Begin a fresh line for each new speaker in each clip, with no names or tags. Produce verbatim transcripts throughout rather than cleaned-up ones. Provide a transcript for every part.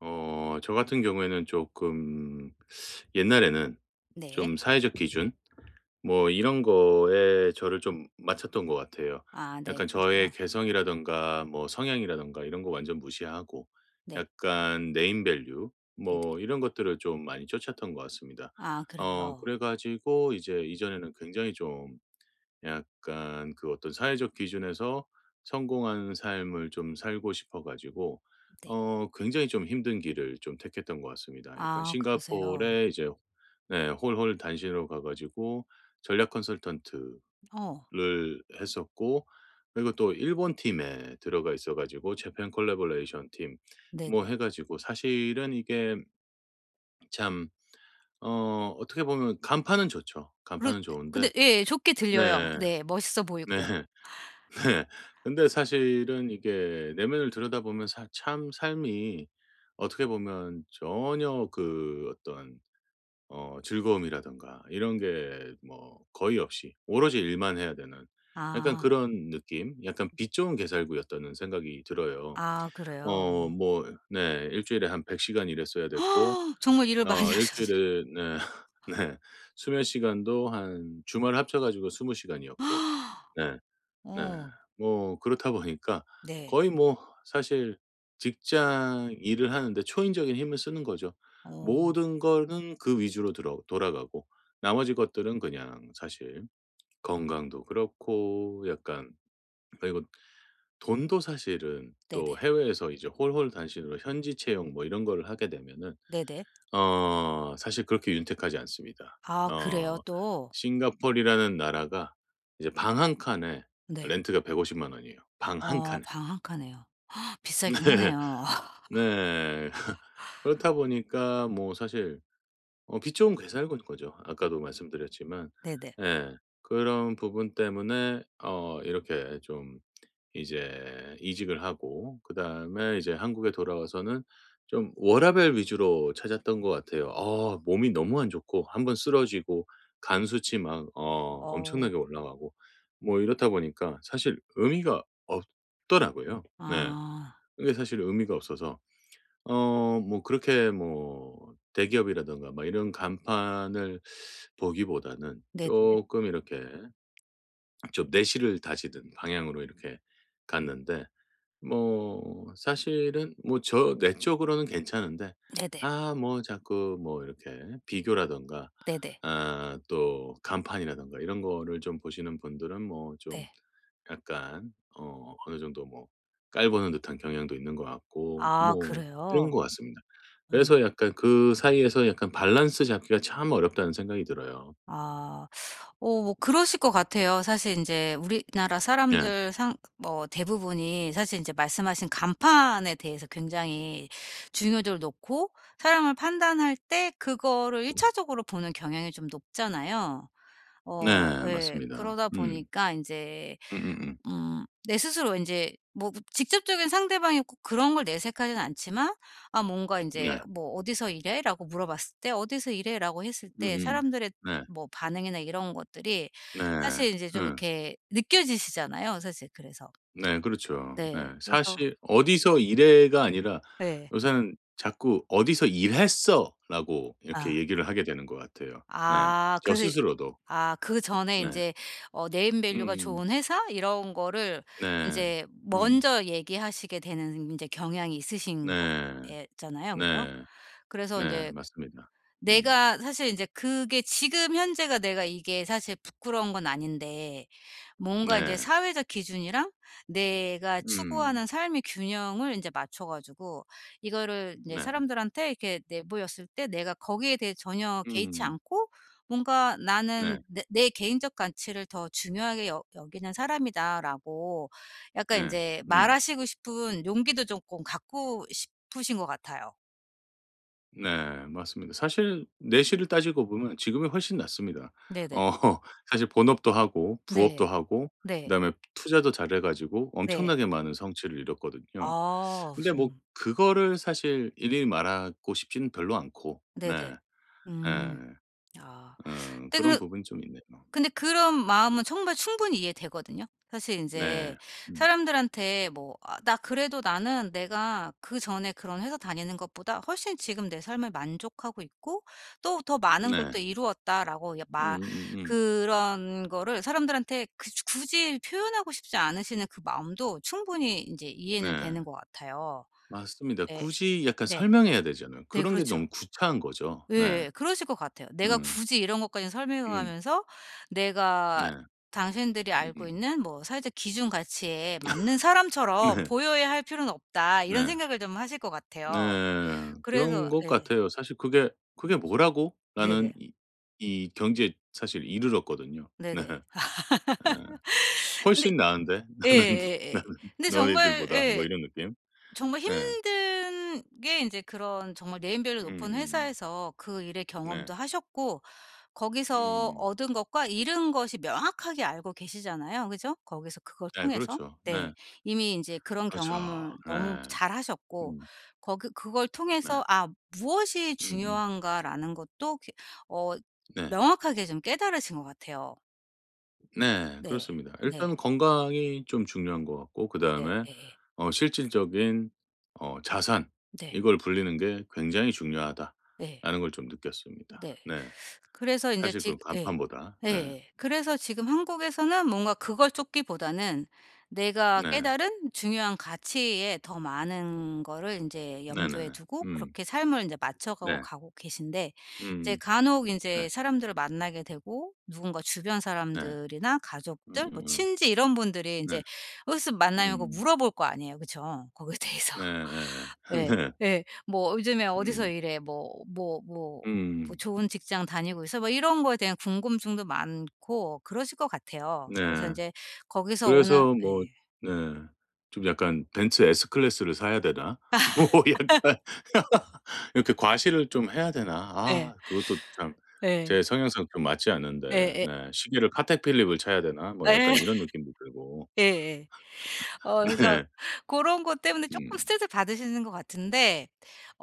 어 저 같은 경우에는 조금 옛날에는
네.
좀 사회적 기준, 뭐 이런 거에 저를 좀 맞췄던 것 같아요.
아 네
약간 저의
그러세요.
개성이라든가 뭐 성향이라든가 이런 거 완전 무시하고,
네.
약간 네임 밸류,
네네.
뭐 이런 것들을 좀 많이 쫓았던 것 같습니다.
아
어
그래요.
그래 가지고 이제 이전에는 굉장히 좀 약간 그 어떤 사회적 기준에서 성공한 삶을 좀 살고 싶어 가지고
네.
어 굉장히 좀 힘든 길을 좀 택했던 것 같습니다. 약간
아 그러세요.
싱가포르에 이제, 네, 홀홀 단신으로 가 가지고 전략 컨설턴트를
어.
했었고, 그리고 또 일본 팀에 들어가 있어 가지고 재팬 콜라보레이션 팀, 뭐
네네.
해 가지고, 사실은 이게 참 어 어떻게 보면 간판은 좋죠.
그렇
간판은 좋은데.
근데 예, 예, 좋게 들려요.
네.
네. 멋있어
네.
보이고요.
네. 근데 사실은 이게 내면을 들여다보면, 사 참 삶이, 어떻게 보면 전혀 그 어떤 어 즐거움이라든가 이런 게 뭐 거의 없이 오로지 일만 해야 되는 약간
아.
그런 느낌? 약간 빛 좋은 개살구였다는 생각이 들어요.
아 그래요.
어 뭐, 네. 일 주일에 한 백 시간 일했어야 됐고,
정말 일을 많이
어 일
하셨네요.
주일에, 네. 네. 수면 시간도 한 주말 합쳐 가지고 스무 시간이었고. 네. 네.
어.
뭐 그렇다 보니까
네.
거의 뭐 사실 직장 일을 하는데 초인적인 힘을 쓰는 거죠.
어.
모든 거는 그 위주로 들어 돌아가고, 나머지 것들은 그냥 사실 건강도 그렇고 약간, 그리고 돈도 사실은, 또
네네.
해외에서 이제 홀홀 단신으로 현지 채용 뭐 이런 거를 하게 되면은
네네.
어 사실 그렇게 윤택하지 않습니다.
아 그래요
어
또?
싱가폴이라는 나라가 이제 방 한 칸에
네.
렌트가 백오십만 원이에요. 방 한
어,
칸에.
방 한 칸에요. 비싸긴
네.
하네요.
네. 그렇다 보니까 뭐 사실 어 빛 좋은 괴살군 거죠. 아까도 말씀드렸지만.
네네.
예. 그런 부분 때문에 어 이렇게 좀 이제 이직을 하고, 그다음에 이제 한국에 돌아와서는 좀 워라밸 위주로 찾았던 것 같아요. 아, 몸이 너무 안 좋고 한 번 쓰러지고 간 수치 막 어
어.
엄청나게 올라가고, 뭐 이렇다 보니까 사실 의미가 없더라고요. 네.
아.
그게 사실 의미가 없어서 어 뭐 그렇게 뭐 대기업이라든가 막 이런 간판을 보기보다는
네네. 네네.
조금 이렇게 좀 내실을 다지는 방향으로 이렇게 갔는데, 뭐 사실은 뭐 저 내 쪽으로는 괜찮은데,
네네.
아 뭐 자꾸 뭐 이렇게 비교라든가,
네. 네, 네.
아 또 간판이라든가 이런 거를 좀 보시는 분들은 뭐 좀
네.
약간 어 어느 정도 뭐 깔보는 듯한 경향도 있는 것 같고
아
뭐 이런
그래요?
것 같습니다.
음.
그래서 약간 그 사이에서 약간 밸런스 잡기가 참 어렵다는 생각이 들어요.
아. 어 뭐 그러실 것 같아요. 사실 인제 우리나라
네.
사람들 상 뭐 대부분이 사실 인제 말씀하신 간판에 대해서 굉장히 중요도를 놓고 사람을 판단할 때 그거를 일 차적으로 보는 경향이 좀 높잖아요. 어
네,
예.
맞습니다.
그러다
음.
보니까 인제
음음음.
음 내 스스로 이제 뭐 직접적인 상대방이 꼭 그런 걸 내색하진 않지만 아 뭔가 이
네.
제 뭐 "어디서 일해?"라고 물어봤을 때 "어디서 일해?"라고 했을 때
음음.
사람들의
네.
뭐 반응이나 이런 것들이
네.
사실 이제 좀
음.
이렇게 느껴지시잖아요 사실 그래서.
네, 그렇죠. 네.
네. 그래서
사실 "어디서 일해."가 아니라
네
요새는 자꾸 "어디서 일했어."라고
아.
이렇게 얘기를 하게 되는 것 같아요. 네.
아
저
그래서
스스로도.
아 그전에
네.
인제 어 네임 밸류가
음.
좋은 회사 이런 거를
네.
인제
음.
먼저 얘기하시게 되는 인제 경향이 있으신 거
네.
예 잖아요. 그죠?
네.
그래서 이
네,
제
맞습니다. 음.
내가 사실 이제 그게 지금 현재가 내가 이게 사실 부끄러운 건 아닌데 뭔가 이제
네.
사회적 기준이랑 내가
음.
추구하는 삶의 균형을 이제 맞춰 가지고 이거를 이제
네.
사람들한테 이렇게 내보였을 때 내가 거기에 대해 전혀 개의치
음.
않고 뭔가
네.
'나는 내 내 개인적 가치를 더 중요하게 여 여기는 사람이다.'라고 약간 이
네.
제
음.
말하시고 싶은 용기도 조금 갖고 싶으신 것 같아요.
네, 맞습니다. 사실 내실을 따지고 보면 지금이 훨씬 낫습니다.
네네.
어 사실 본업도 하고
네.
부업도 하고
네.
그다음에 투자도 잘해 가지고
네.
엄청나게 많은 성취를 이뤘거든요.
아
근데 뭐
좀
그거를 사실 일일이 말하고 싶지는 별로 않고.
네네.
네. 네
음. 아.
어
근데
그런
그
부분이 좀 있네요.
근데 그런 마음은 정말 충분히 이해되거든요. 사실 인제
네. 음.
사람들한테 뭐 아 "나 그래도 나는 내가 그전에 그런 회사 다니는 것보다 훨씬 지금 내 삶에 만족하고 있고 또 더 많은 걸
네.
또 이루었다."라고 야 마
음음음.
그런 거를 사람들한테 그 주 굳이 표현하고 싶지 않으시는 그 마음도 충분히 인제 이해는
네,
되는 것 같아요.
맞습니다.
예.
굳이 약간
네.
설명해야 되잖아요.
네
그런 게
그렇죠.
너무 구차한 거죠. 네.
예. 그러실 것 같아요. 내가
음.
굳이 이런 것까지
음.
설명하면서 내가
네.
당신들이 알고
음음.
있는 뭐 사회적 기준 가치에 맞는 사람처럼
네.
보여야 할 필요는 없다. 이런
네.
생각을 좀 하실 것
네.
같아요.
그런
그래서
것
예.
같아요. 사실 그게 '그게 뭐라고?' 라는
네네.
이 이 경지에 사실 이르렀거든요.
네네.
네. 예.
근데
'훨씬 나은데 나는
예예예.
나는
근데 정말
너희들보다.' 뭐
예.
이런 느낌?
정말
네,
힘든 게 인제 그런 정말 네임밸류 높은
음음음.
회사에서 그 일의
네.
경험도 하셨고 거기서
음.
얻은 것과 잃은 것이 명확하게 알고 계시잖아요. 그죠? 거기서 그걸
네,
통해서.
그렇죠.
네.
네.
이미 인제 그런
그렇죠.
경험을 너무
네.
잘 하셨고
음.
거기 그걸
네.
통해서 '아 무엇이
음음.
중요한가.'라는 것도 그 어
네.
명확하게 좀 깨달으신 것 같아요.
네,
네.
그렇습니다.
네.
일단 건강이 좀 중요한 것 같고,
네.
그다음에
예예.
어 실질적인 어 자산,
네.
이걸 불리는 게 '굉장히
네.
중요하다.'라는 걸 좀
네.
느꼈습니다. 네.
그래서 인제
사실
지
그
예.
간판보다. 네.
예. 그래서 지금 한국에서는 뭔가 그걸 쫓기보다는 내가
네.
깨달은 중요한 가치에 더 많은 거를 인제 염두에
네네네.
두고
음.
그렇게 삶을 인제 맞춰가고
네.
가고 계신데 이제
음.
간혹
네.
인제 사람들을 만나게 되고 누군가 주변
네.
사람들이나 가족들 뭐
음음음.
친지 이런 분들이
네.
인제 으쓱 만나면 그거
음.
물어볼 거 아니에요. 그쵸? 거기에 대해서.
네. 네.
예. 예. 뭐 "요즘에
네.
어디서
음.
일해?" 뭐 뭐 뭐 뭐
음.
"좋은 직장 다니고 있어?" 뭐 이런 거에 대한 궁금증도 많고 그러실 것 같아요. 그래서
네.
인제 거기서 오는
그래서 뭐,
예.
네, 좀 약간 '벤츠 S클래스를 사야 되나?' 뭐 약간 이렇게 '과시를 좀 해야 되나?' 아,
예.
그것도 참
예.
제 성향상 좀 맞지 않는데.
예예.
네. '시계를 카텍 필립을 차야 되나?' 뭐 약간
예.
이런 느낌도 들고.
예예. 어 그래서
네.
고런 것 때문에 쪼끔
음.
스트레스를 받으시는 것 같은데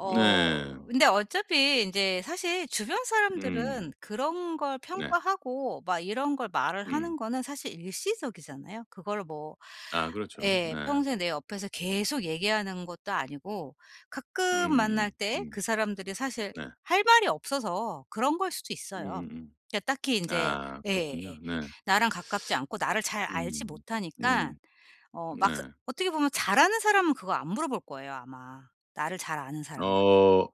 네.
근데 어차피 인제 사실 주변 사람들은
음.
그런 걸
네.
평가하고 막 이런 걸 말을
음.
하는 거는 사실 일시적이잖아요. 그걸 뭐
아, 그렇죠.
예.
네.
평생 내 옆에서 계속 얘기하는 것도 아니고 가끔
음음음. 음.
만날
음.
때
음.
그 사람들이 사실
네.
할 말이 없어서 그런 걸 수도 있어요.
음음음.
그러니까 딱히 인제
아,
예예.
그렇군요. 네.
나랑 가깝지 않고 나를 잘 알지
음.
못하니까
음.
어 막
네.
어떻게 보면 잘 아는 사람은 그거 안 물어볼 거예요 아마. 나를 잘 아는 사람은.
어.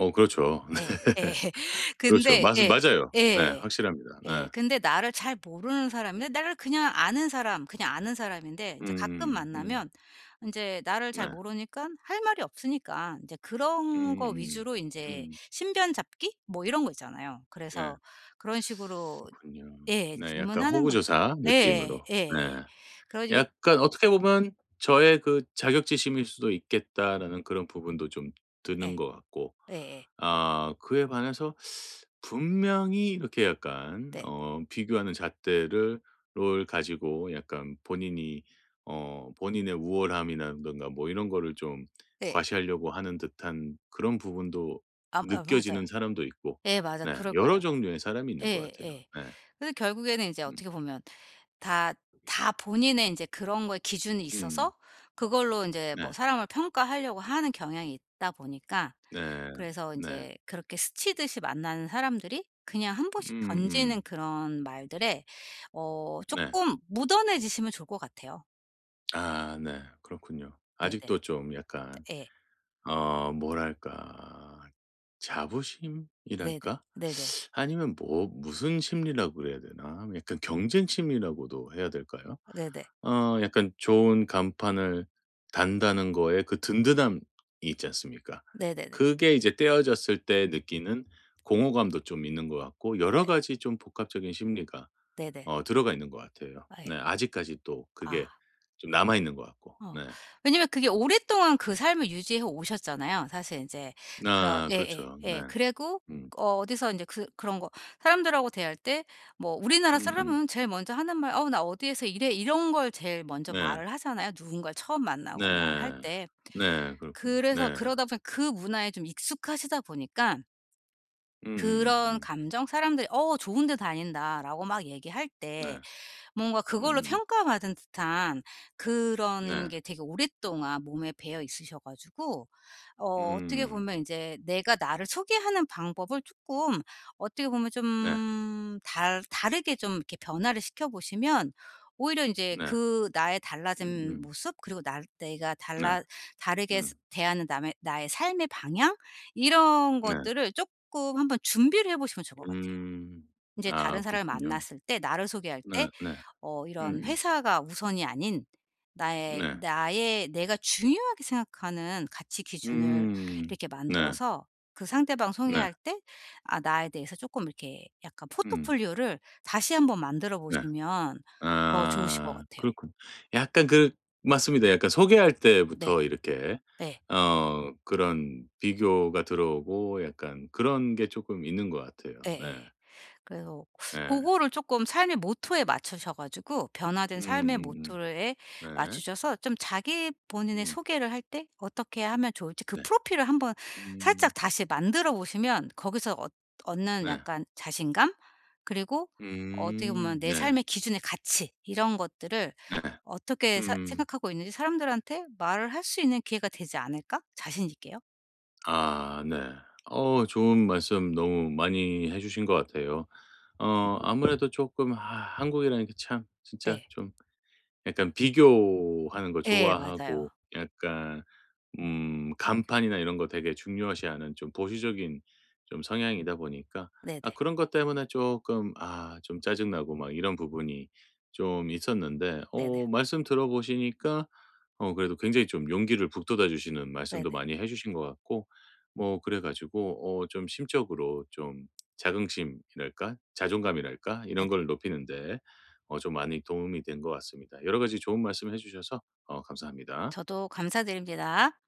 어, 그렇죠.
예. 예.
네. 그렇죠.
근데
맞으
예.
맞아요. 네.
예.
확실합니다.
예.
네.
근데 나를 잘 모르는 사람인데 나를 그냥 아는 사람, 그냥 아는 사람인데 인제 가끔
음. 음.
만나면 인제 나를 잘
네.
모르니까 할 말이 없으니까 인제 그런 거
음음.
위주로 인제
음.
신변 잡기 뭐 이런 거 있잖아요.
네,
그래서 그런 식으로
그렇군요.
예
네. 약간
질문하는 거니까.
호구조사
예예.
느낌으로.
예예예.
네.
그러니까
약간 어떻게 보면 저의 그 자격지심일 수도 있겠다라는 그런 부분도 좀
예.
드는 것 같고,
예예. 네.
아 그에 반해서 분명히 이렇게 약간
네.
어 비교하는 잣대를 롤 가지고 약간 본인이 어 본인의 우월함이라든가 뭐 이런 거를 좀
예.
과시하려고 하는 듯한 그런 부분도
아아 맞아요.
느껴지는 사람도 있고,
예 맞아.
네,
그럴 거예요.
여러 종류의 사람이 있는 것
예
같아요.
예.
네.
그래서 결국에는 이제
음.
어떻게 보면 다 다 본인의 이제 그런 거에 기준이
음.
있어서 그걸로 이제 뭐
네.
사람을 평가하려고 하는 경향이 있다 보니까
네.
그래서 이
네.
제 그렇게 스치듯이 만나는 사람들이 그냥 한 번씩 던지는
음음.
그런 말들에 어
네.
조금 묻어내지시면 좋을 것 같아요.
아, 네, 그렇군요.
네네.
아직도 좀 약간
예.
어 뭐랄까,
네네.
자부심이랄까?
네네.
아니면 뭐 무슨 심리라고 그래야 되나? 약간 경쟁 심리라고도 해야 될까요?
네네.
어 약간 좋은 간판을 단다는 거에 그 든든함이 있지 않습니까?
네네네. 네네.
그게 이제 떼어졌을 때 느끼는 공허감도 좀 있는 것 같고, 여러 가지 좀 복합적인 심리가
네네.
어 들어가 있는 것 같아요.
아, 예.
네. 아직까지 또 그게
아.
좀 남아 있는 것 같고.
어.
네.
왜냐면 그게 오랫동안 그 삶을 유지해 오셨잖아요. 사실 인제 그런
아,
예예
그렇죠.
예.
네.
예. 그리고
음.
어 어디서 인제 그 그런 거 사람들하고 대할 때 뭐 우리나라
음음.
사람은 제일 먼저 하는 말 "어 나 어디에서 일해." 이런 걸 제일 먼저
네.
말을 하잖아요, 누군가를 처음 만나거나 할
네.
때.
네, 그렇군요.
그래서
네.
그러다 보니 그 문화에 좀 익숙하시다 보니까 그런
음음음음.
감정 사람들이 "어 좋은 데 다닌다."라고 막 얘기할 때
네.
뭔가 그걸로
음음.
평가받은 듯한 그런
네.
게 되게 오랫동안 몸에 배어 있으셔 가지고 어 어떻게
음.
보면 이제 내가 나를 소개하는 방법을 조금 어떻게 보면
네.
좀 달 다르게 좀 이렇게 변화를 시켜 보시면 오히려 이제
네.
그 나의 달라진
음음.
모습 그리고 날 내가
네.
달라 다르게
음.
스 대하는 남의 나의 삶의 방향 이런
네.
것들을 조금 한번 준비를 해 보시면 좋을 것 같아요.
음.
이제
아,
다른 사람을
그렇군요.
만났을 때 나를 소개할 때
네. 네.
어 이런
음음.
회사가 우선이 아닌 나의
네.
나의 내가 중요하게 생각하는 가치 기준을
음.
이렇게
네.
만들어서 그 상대방
네.
소개할 때 아 나에 대해서 조금 이렇게 약간
음.
포트폴리오를 다시 한번 만들어
네.
보시면 더 좋으실 것
아,
같아요.
그렇군. 약간 그, 맞습니다. 약간 소개할
네.
때부터 이렇게
네,
어 그런 비교가 들어오고 약간 그런 게 조금 있는 것 같아요.
네,
네.
네. 그래서
네,
그거를 조금 삶의 모토에 맞추셔 가지고
음.
변화된 삶의
음음.
모토에
네.
맞추셔서 좀 자기 본인의
음.
소개를 할 때 어떻게 하면 좋을지 그
네.
프로필을 한번
음.
살짝 다시 만들어 보시면 거기서 얻 얻는
네.
약간 자신감 그리고 어떻게
음.
보면 내
네.
삶의 기준의 가치 이런 것들을
네.
어떻게 사
음.
생각하고 있는지 사람들한테 말을 할 수 있는 기회가 되지 않을까? 자신 있게요.
아, 네. 어 좋은 말씀 너무 많이 해 주신 것 같아요. 어 아무래도 조금, 아, 한국이라는 게 참 진짜
네.
좀 약간 비교하는 거
예 맞아요.
좋아하고, 약간 음 간판이나 이런 거 되게 중요시하는 좀 보수적인 좀 성향이다 보니까, 아
네네.
그런 것 때문에 쪼끔 아 좀 짜증 나고 막 이런 부분이 좀 있었는데,
네네.
어 말씀 들어 보시니까 어 그래도 굉장히 좀 용기를 북돋아 주시는 말씀도
네네.
많이 해 주신 것 같고, 뭐 그래 가지고 어 좀 심적으로 좀 자긍심이랄까? 자존감이랄까? 이런 걸
네네.
높이는 데 어 좀 많이 도움이 된 것 같습니다. 여러 가지 좋은 말씀 해 주셔서 어 감사합니다.
저도 감사드립니다.